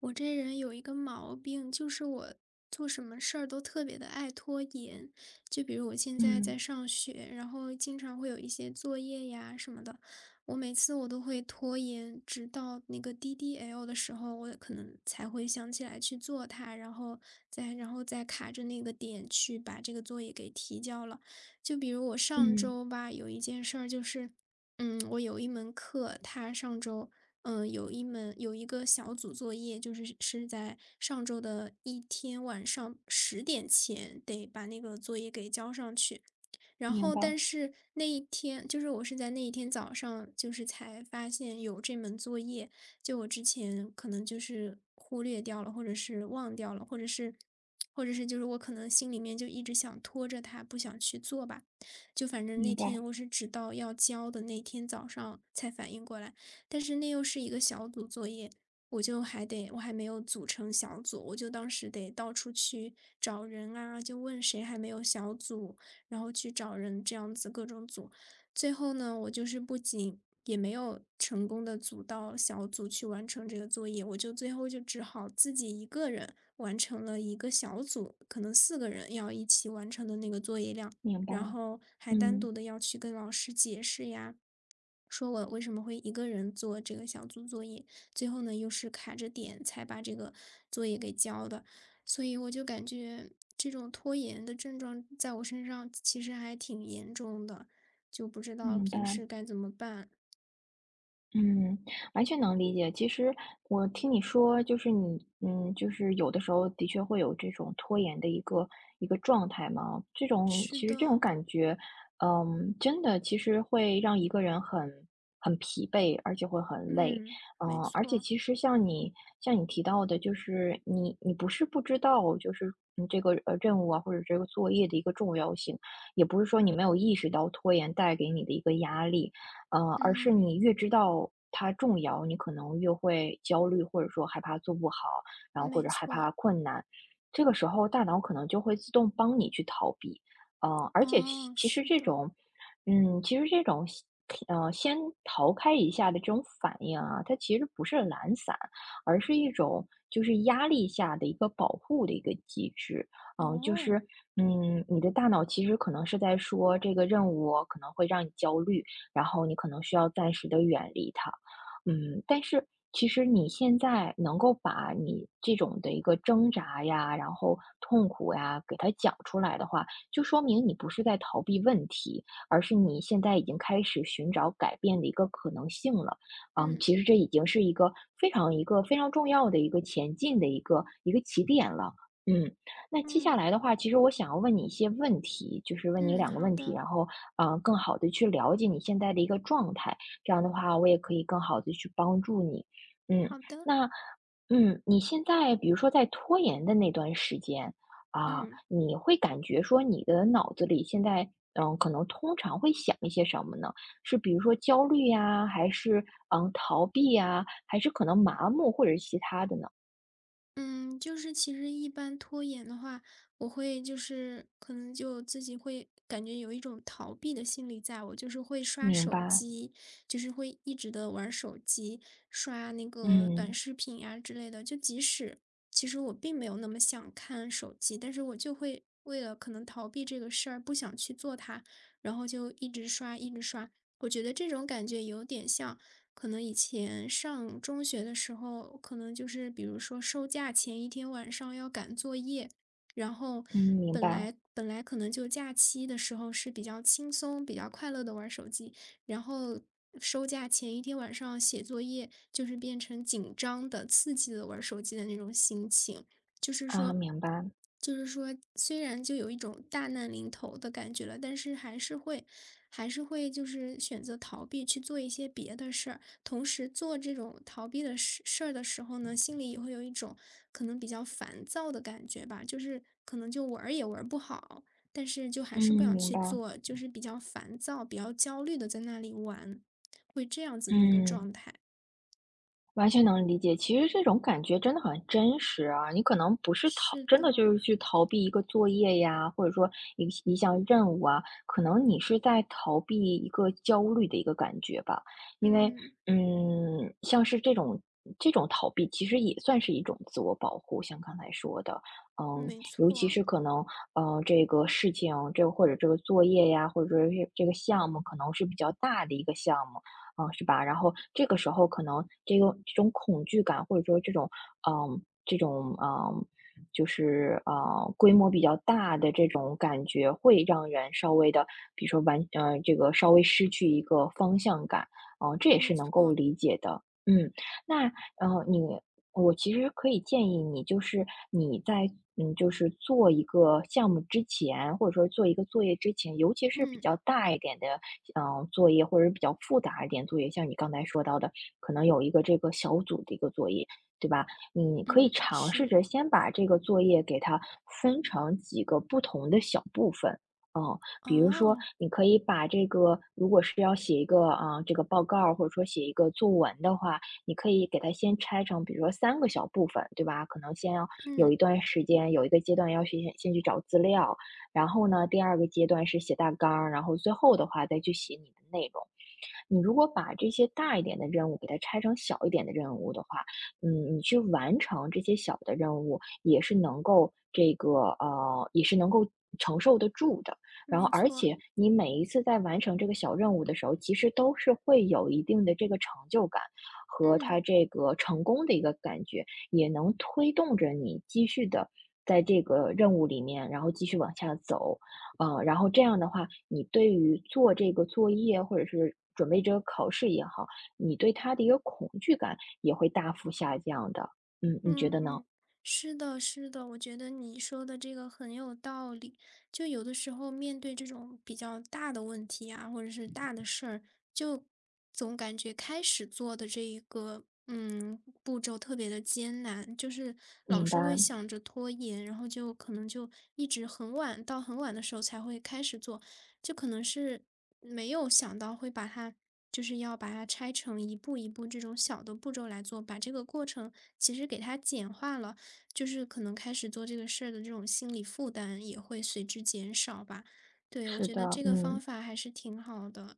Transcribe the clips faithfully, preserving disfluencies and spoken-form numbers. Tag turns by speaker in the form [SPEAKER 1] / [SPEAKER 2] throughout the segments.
[SPEAKER 1] 我这人有一个毛病，就是我做什么事儿都特别的爱拖延。就比如我现在在
[SPEAKER 2] 嗯，
[SPEAKER 1] 上学，然后经常会有一些作业呀什么的，我每次我都会拖延，直到那个 D D L 的时候，我可能才会想起来去做它，然后再然后再卡着那个点去把这个作业给提交了。就比如我上
[SPEAKER 2] 嗯，
[SPEAKER 1] 周吧，有一件事儿就是。嗯，我有一门课，它上周嗯，呃有一门有一个小组作业，就是是在上周的一天晚上十点前得把那个作业给交上去。然
[SPEAKER 2] 明
[SPEAKER 1] 后
[SPEAKER 2] 白，
[SPEAKER 1] 但是那一天就是我是在那一天早上，就是才发现有这门作业，就我之前可能就是忽略掉了，或者是忘掉了，或者是或者是就是我可能心里面就一直想拖着它，不想去做吧。就反正
[SPEAKER 2] 明
[SPEAKER 1] 那
[SPEAKER 2] 白，
[SPEAKER 1] 天我是直到要交的那天早上才反应过来，但是那又是一个小组作业，我就还得，我还没有组成小组，我就当时得到处去找人啊，就问谁还没有小组，然后去找人这样子各种组。最后呢，我就是不仅也没有成功的组到小组去完成这个作业，我就最后就只好自己一个人完成了一个小组，可能四个人要一起完成的那个作业量，
[SPEAKER 2] 明白，
[SPEAKER 1] 然后还单
[SPEAKER 2] 嗯，
[SPEAKER 1] 独的要去跟老师解释呀，说我为什么会一个人做这个小组作业，最后呢又是卡着点才把这个作业给交的，所以我就感觉这种拖延的症状在我身上其实还挺严重的，就不知道
[SPEAKER 2] 明
[SPEAKER 1] 平
[SPEAKER 2] 白。
[SPEAKER 1] 时该怎么办。
[SPEAKER 2] 嗯，完全能理解。其实我听你说，就是你，嗯，就是有的时候的确会有这种拖延的一个一个状态嘛。这种
[SPEAKER 1] 是
[SPEAKER 2] 其实这种
[SPEAKER 1] 的，
[SPEAKER 2] 感觉，嗯，真的其实会让一个人很很疲惫，而且会很累。
[SPEAKER 1] 嗯，没
[SPEAKER 2] 嗯，而且
[SPEAKER 1] 错，
[SPEAKER 2] 其实像你像你提到的，就是你你不是不知道，就是嗯这个呃任务啊或者这个作业的一个重要性，也不是说你没有意识到拖延带给你的一个压力。呃，而是
[SPEAKER 1] 嗯，
[SPEAKER 2] 你越知道它重要，你可能越会焦虑，或者说害怕做不好，然后或者
[SPEAKER 1] 没
[SPEAKER 2] 害怕
[SPEAKER 1] 错，
[SPEAKER 2] 困难。这个时候，大脑可能就会自动帮你去逃避。呃，而且其
[SPEAKER 1] 哦，
[SPEAKER 2] 其实
[SPEAKER 1] 是
[SPEAKER 2] 这
[SPEAKER 1] 的，
[SPEAKER 2] 种，嗯，其实这种先，呃，先逃开一下的这种反应啊，它其实不是懒散，而是一种就是压力下的一个保护的一个机制。嗯、呃就
[SPEAKER 1] 哦，
[SPEAKER 2] 是，嗯，你的大脑其实可能是在说这个任务可能会让你焦虑，然后你可能需要暂时的远离它。嗯，但是其实你现在能够把你这种的一个挣扎呀，然后痛苦呀，给它讲出来的话，就说明你不是在逃避问题，而是你现在已经开始寻找改变的一个可能性了。嗯，
[SPEAKER 1] 嗯
[SPEAKER 2] 其实这已经是一个非常一个非常重要的一个前进的一个一个起点了。嗯，那接下
[SPEAKER 1] 嗯
[SPEAKER 2] 来的话，其实我想要问你一些问题，就是问你
[SPEAKER 1] 嗯，
[SPEAKER 2] 两个
[SPEAKER 1] 好
[SPEAKER 2] 问题，
[SPEAKER 1] 的，
[SPEAKER 2] 然后呃，更好的去了解你现在的一个状态，这样的话我也可以更好的去帮助你。嗯，
[SPEAKER 1] 好的，
[SPEAKER 2] 那嗯，你现在比如说在拖延的那段时间，啊，
[SPEAKER 1] 嗯。
[SPEAKER 2] 你会感觉说你的脑子里现在，嗯，可能通常会想一些什么呢？是比如说焦虑呀，还是，嗯，逃避呀，还是可能麻木或者是其他的呢？
[SPEAKER 1] 嗯，就是其实一般拖延的话，我会就是可能就自己会感觉有一种逃避的心理在，我就是会刷
[SPEAKER 2] 明
[SPEAKER 1] 手
[SPEAKER 2] 白，
[SPEAKER 1] 机，就是会一直的玩手机，刷那个短
[SPEAKER 2] 嗯，
[SPEAKER 1] 视频呀、之类的。就即使其实我并没有那么想看手机，但是我就会为了可能逃避这个事儿，不想去做它，然后就一直刷，一直刷。我觉得这种感觉有点像。可能以前上中学的时候，可能就是比如说收假前一天晚上要赶作业，然后
[SPEAKER 2] 嗯，明
[SPEAKER 1] 本
[SPEAKER 2] 白，
[SPEAKER 1] 来本来可能就假期的时候是比较轻松、比较快乐的玩手机，然后收假前一天晚上写作业，就是变成紧张的、刺激的玩手机的那种心情，就是
[SPEAKER 2] 啊，
[SPEAKER 1] 说。
[SPEAKER 2] 明白，
[SPEAKER 1] 就是说，虽然就有一种大难临头的感觉了，但是还是会，还是会就是选择逃避去做一些别的事儿。同时做这种逃避的事事儿的时候呢，心里也会有一种可能比较烦躁的感觉吧，就是可能就玩儿也玩儿不好，但是就还
[SPEAKER 2] 嗯，
[SPEAKER 1] 是不想
[SPEAKER 2] 明
[SPEAKER 1] 去
[SPEAKER 2] 白，
[SPEAKER 1] 做，就是比较烦躁、比较焦虑的在那里玩，会这样子的一个
[SPEAKER 2] 嗯。
[SPEAKER 1] 状态。
[SPEAKER 2] 完全能理解，其实这种感觉真的很真实啊！你可能不是逃，
[SPEAKER 1] 是
[SPEAKER 2] 真的就
[SPEAKER 1] 的，
[SPEAKER 2] 是去逃避一个作业呀，或者说一一项任务啊，可能你是在逃避一个焦虑的一个感觉吧。因为，
[SPEAKER 1] 嗯，
[SPEAKER 2] 嗯，像是这种这种逃避，其实也算是一种自我保护，像刚才说的，嗯，
[SPEAKER 1] 没
[SPEAKER 2] 尤其
[SPEAKER 1] 错，
[SPEAKER 2] 是可能，嗯，这个事情，这个或者这个作业呀，或者说是这个项目，可能是比较大的一个项目。啊，是吧？然后这个时候可能这个这种恐惧感，或者说这种，嗯，这种，嗯，就是呃，规模比较大的这种感觉，会让人稍微的，比如说完，呃，这个稍微失去一个方向感，嗯，这也
[SPEAKER 1] 没
[SPEAKER 2] 是能够
[SPEAKER 1] 错，
[SPEAKER 2] 理解的。嗯，那呃，你我其实可以建议你，就是你在嗯，就是做一个项目之前，或者说做一个作业之前，尤其是比
[SPEAKER 1] 嗯
[SPEAKER 2] 较大一点的嗯，作业或者是比较复杂一点作业，像你刚才说到的，可能有一个这个小组的一个作业，对吧？你可以
[SPEAKER 1] 嗯，
[SPEAKER 2] 尝试
[SPEAKER 1] 是，
[SPEAKER 2] 着先把这个作业给它分成几个不同的小部分。嗯，比如说，
[SPEAKER 1] 哦，
[SPEAKER 2] 你可以把这个，如果是要写一个啊、这个报告，或者说写一个作文的话，你可以给它先拆成，比如说三个小部分，对吧？可能先要有
[SPEAKER 1] 嗯，
[SPEAKER 2] 一段时间，有一个阶段要去先先去找资料，然后呢，第二个阶段是写大纲儿，然后最后的话再去写你的内容。你如果把这些大一点的任务给它拆成小一点的任务的话，嗯，你去完成这些小的任务，也是能够这个呃，也是能够承受得住的。然后，
[SPEAKER 1] 没
[SPEAKER 2] 而
[SPEAKER 1] 错，
[SPEAKER 2] 且你每一次在完成这个小任务的时候，其实都是会有一定的这个成就感和它
[SPEAKER 1] 嗯。
[SPEAKER 2] 这个成功的一个感觉，也能推动着你继续的在这个任务里面，然后继续往下走。嗯，然后这样的话，你对于做这个作业或者是准备这个考试也好，你对它的一个恐惧感也会大幅下降的。嗯，你觉得呢？
[SPEAKER 1] 嗯，是的，是的，我觉得你说的这个很有道理。就有的时候面对这种比较大的问题啊，或者是大的事儿，就总感觉开始做的这一个嗯步骤特别的艰难，就是老
[SPEAKER 2] 明白，
[SPEAKER 1] 是会想着拖延，然后就可能就一直很晚到很晚的时候才会开始做，就可能是没有想到会把它就是要把它拆成一步一步这种小的步骤来做，把这个过程其实给它简化了，就是可能开始做这个事儿的这种心理负担也会随之减少吧。对，我
[SPEAKER 2] 是
[SPEAKER 1] 觉得
[SPEAKER 2] 的，
[SPEAKER 1] 这个
[SPEAKER 2] 嗯。
[SPEAKER 1] 方法还是挺好的。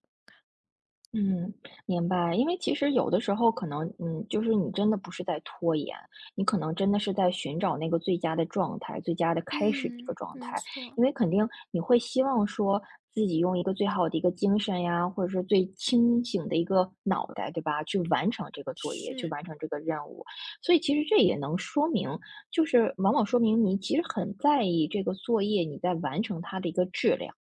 [SPEAKER 2] 嗯，明白。因为其实有的时候可能，嗯，就是你真的不是在拖延，你可能真的是在寻找那个最佳的状态、最佳的开始的一个
[SPEAKER 1] 嗯，
[SPEAKER 2] 状
[SPEAKER 1] 没
[SPEAKER 2] 态。
[SPEAKER 1] 错，
[SPEAKER 2] 因为肯定你会希望说自己用一个最好的一个精神呀，或者是最清醒的一个脑袋，对吧？去完成这个作业，去
[SPEAKER 1] 是，
[SPEAKER 2] 完成这个任务。所以其实这也能说明，就是往往说明你其实很在意这个作业，你在完成它的一个质量。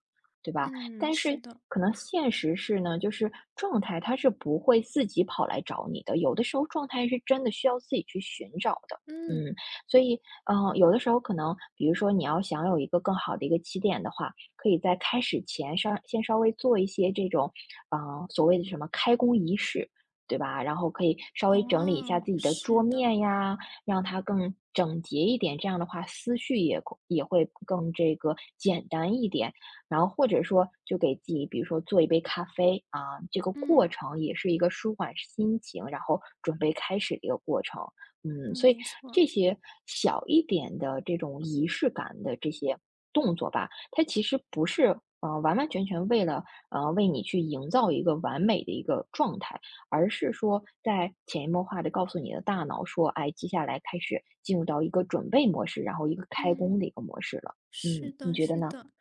[SPEAKER 2] 对吧？
[SPEAKER 1] 嗯，
[SPEAKER 2] 但
[SPEAKER 1] 是
[SPEAKER 2] 是
[SPEAKER 1] 的，
[SPEAKER 2] 可能现实是呢，就是状态它是不会自己跑来找你的，有的时候状态是真的需要自己去寻找的。嗯，
[SPEAKER 1] 嗯，
[SPEAKER 2] 所以，呃，有的时候可能，比如说你要想有一个更好的一个起点的话，可以在开始前稍先稍微做一些这种，嗯，所谓的什么开工仪式，对吧？然后可以稍微整理一下
[SPEAKER 1] 哦，
[SPEAKER 2] 自己的桌
[SPEAKER 1] 是的，
[SPEAKER 2] 面呀，让它更整洁一点。这样的话，思绪也也会更这个简单一点。然后或者说就给自己，比如说做一杯咖啡啊，这个过
[SPEAKER 1] 嗯，
[SPEAKER 2] 程也是一个舒缓心情，然后准备开始的一个过程。嗯，所以
[SPEAKER 1] 没错，
[SPEAKER 2] 这些小一点的这种仪式感的这些动作吧，它其实不是。呃，完完全全为了呃为你去营造一个完美的一个状态，而是说在潜移默化的告诉你的大脑说，哎，接下来开始进入到一个准备模式，然后一个开工
[SPEAKER 1] 嗯。
[SPEAKER 2] 的一个模式了。
[SPEAKER 1] 是
[SPEAKER 2] 嗯，你
[SPEAKER 1] 的，
[SPEAKER 2] 觉得
[SPEAKER 1] 是
[SPEAKER 2] 呢？
[SPEAKER 1] 的，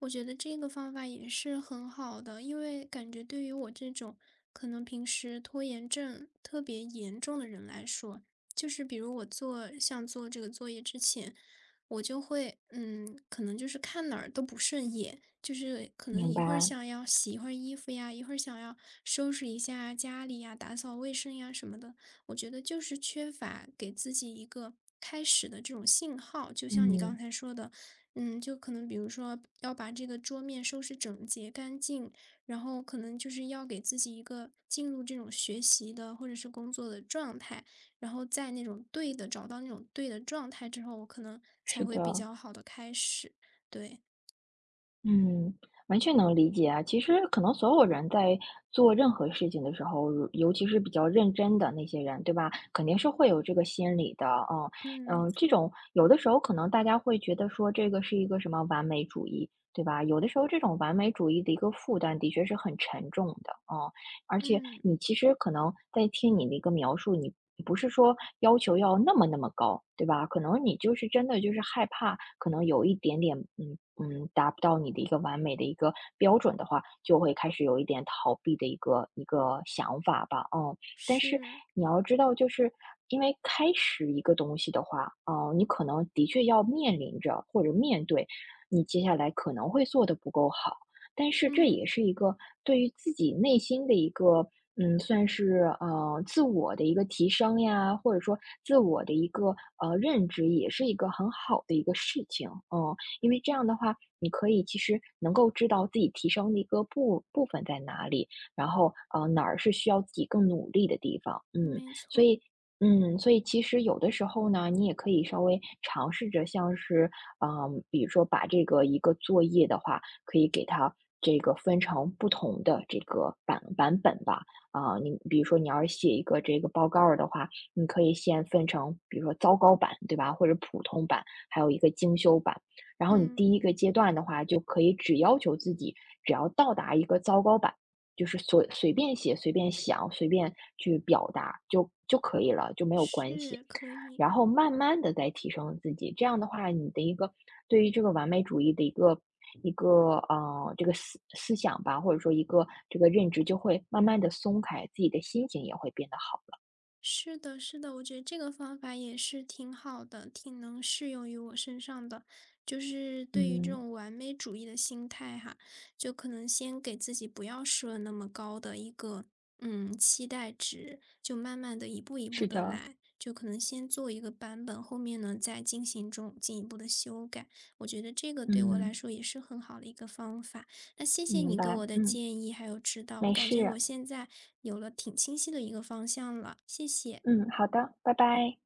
[SPEAKER 1] 我觉得这个方法也是很好的，因为感觉对于我这种可能平时拖延症特别严重的人来说，就是比如我做像做这个作业之前，我就会，嗯，可能就是看哪儿都不顺眼，就是可能
[SPEAKER 2] 明
[SPEAKER 1] 一会儿
[SPEAKER 2] 白。
[SPEAKER 1] 想要洗一会儿衣服呀，一会儿想要收拾一下家里呀，打扫卫生呀什么的。我觉得就是缺乏给自己一个开始的这种信号，就像你刚
[SPEAKER 2] 嗯，
[SPEAKER 1] 才说的，嗯，就可能比如说要把这个桌面收拾整洁干净，然后可能就是要给自己一个进入这种学习的或者是工作的状态。然后在那种对的找到那种对的状态之后，我可能
[SPEAKER 2] 是
[SPEAKER 1] 才会比
[SPEAKER 2] 的，
[SPEAKER 1] 较好的开始。对，
[SPEAKER 2] 嗯，完全能理解啊。其实可能所有人在做任何事情的时候，如尤其是比较认真的那些人，对吧？肯定是会有这个心理的，嗯
[SPEAKER 1] 嗯，没
[SPEAKER 2] 嗯，这
[SPEAKER 1] 错，
[SPEAKER 2] 种有的时候可能大家会觉得说这个是一个什么完美主义，对吧？有的时候这种完美主义的一个负担的确是很沉重的，嗯，而且
[SPEAKER 1] 嗯，
[SPEAKER 2] 你其实可能在听你的一个描述，你不是说要求要那么那么高，对吧？可能你就是真的就是害怕，可能有一点点，嗯嗯，达不到你的一个完美的一个标准的话，就会开始有一点逃避的一个一个想法吧，嗯。但是
[SPEAKER 1] 是，
[SPEAKER 2] 你要知道，就是因为开始一个东西的话，嗯，你可能的确要面临着或者面对你接下来可能会做的不够好。但是这
[SPEAKER 1] 嗯，
[SPEAKER 2] 也是一个对于自己内心的一个，嗯，算是呃自我的一个提升呀，或者说自我的一个呃认知，也是一个很好的一个事情。嗯，因为这样的话，你可以其实能够知道自己提升的一个部部分在哪里，然后呃哪儿是需要自己更努力的地方。嗯，
[SPEAKER 1] 没
[SPEAKER 2] 所
[SPEAKER 1] 错，
[SPEAKER 2] 以。嗯，所以其实有的时候呢，你也可以稍微尝试着，像是，嗯、比如说把这个一个作业的话，可以给它这个分成不同的这个版版本吧。啊，你比如说你要是写一个这个报告儿的话，你可以先分成，比如说糟糕版，对吧？或者普通版，还有一个精修版。然后你第
[SPEAKER 1] 嗯，
[SPEAKER 2] 一个阶段的话，就可以只要求自己，只要到达一个糟糕版，就是随随便写、随便想、随便去表达就就可以了，就没有关系。
[SPEAKER 1] 是，可以。
[SPEAKER 2] 然后慢慢的再提升自己。这样的话，你的一个对于这个完美主义的一个一个，呃，这个思思想吧，或者说一个这个认知就会慢慢的松开，自己的心情也会变得好了。
[SPEAKER 1] 是的，是的，我觉得这个方法也是挺好的，挺能适用于我身上的。就是对于这
[SPEAKER 2] 嗯，
[SPEAKER 1] 种完美主义的心态哈，就可能先给自己不要设那么高的一个嗯期待值，就慢慢的一步一步
[SPEAKER 2] 是
[SPEAKER 1] 的
[SPEAKER 2] 的。
[SPEAKER 1] 来，就可能先做一个版本，后面呢再进行中进一步的修改。我觉得这个对我来
[SPEAKER 2] 嗯，
[SPEAKER 1] 说也是很好的一个方法。那谢谢
[SPEAKER 2] 明
[SPEAKER 1] 你给
[SPEAKER 2] 白，
[SPEAKER 1] 我的
[SPEAKER 2] 嗯，
[SPEAKER 1] 建议还有指导，我
[SPEAKER 2] 没
[SPEAKER 1] 感觉
[SPEAKER 2] 事，
[SPEAKER 1] 我现在有了挺清晰的一个方向了，谢谢。
[SPEAKER 2] 嗯，好的，拜拜。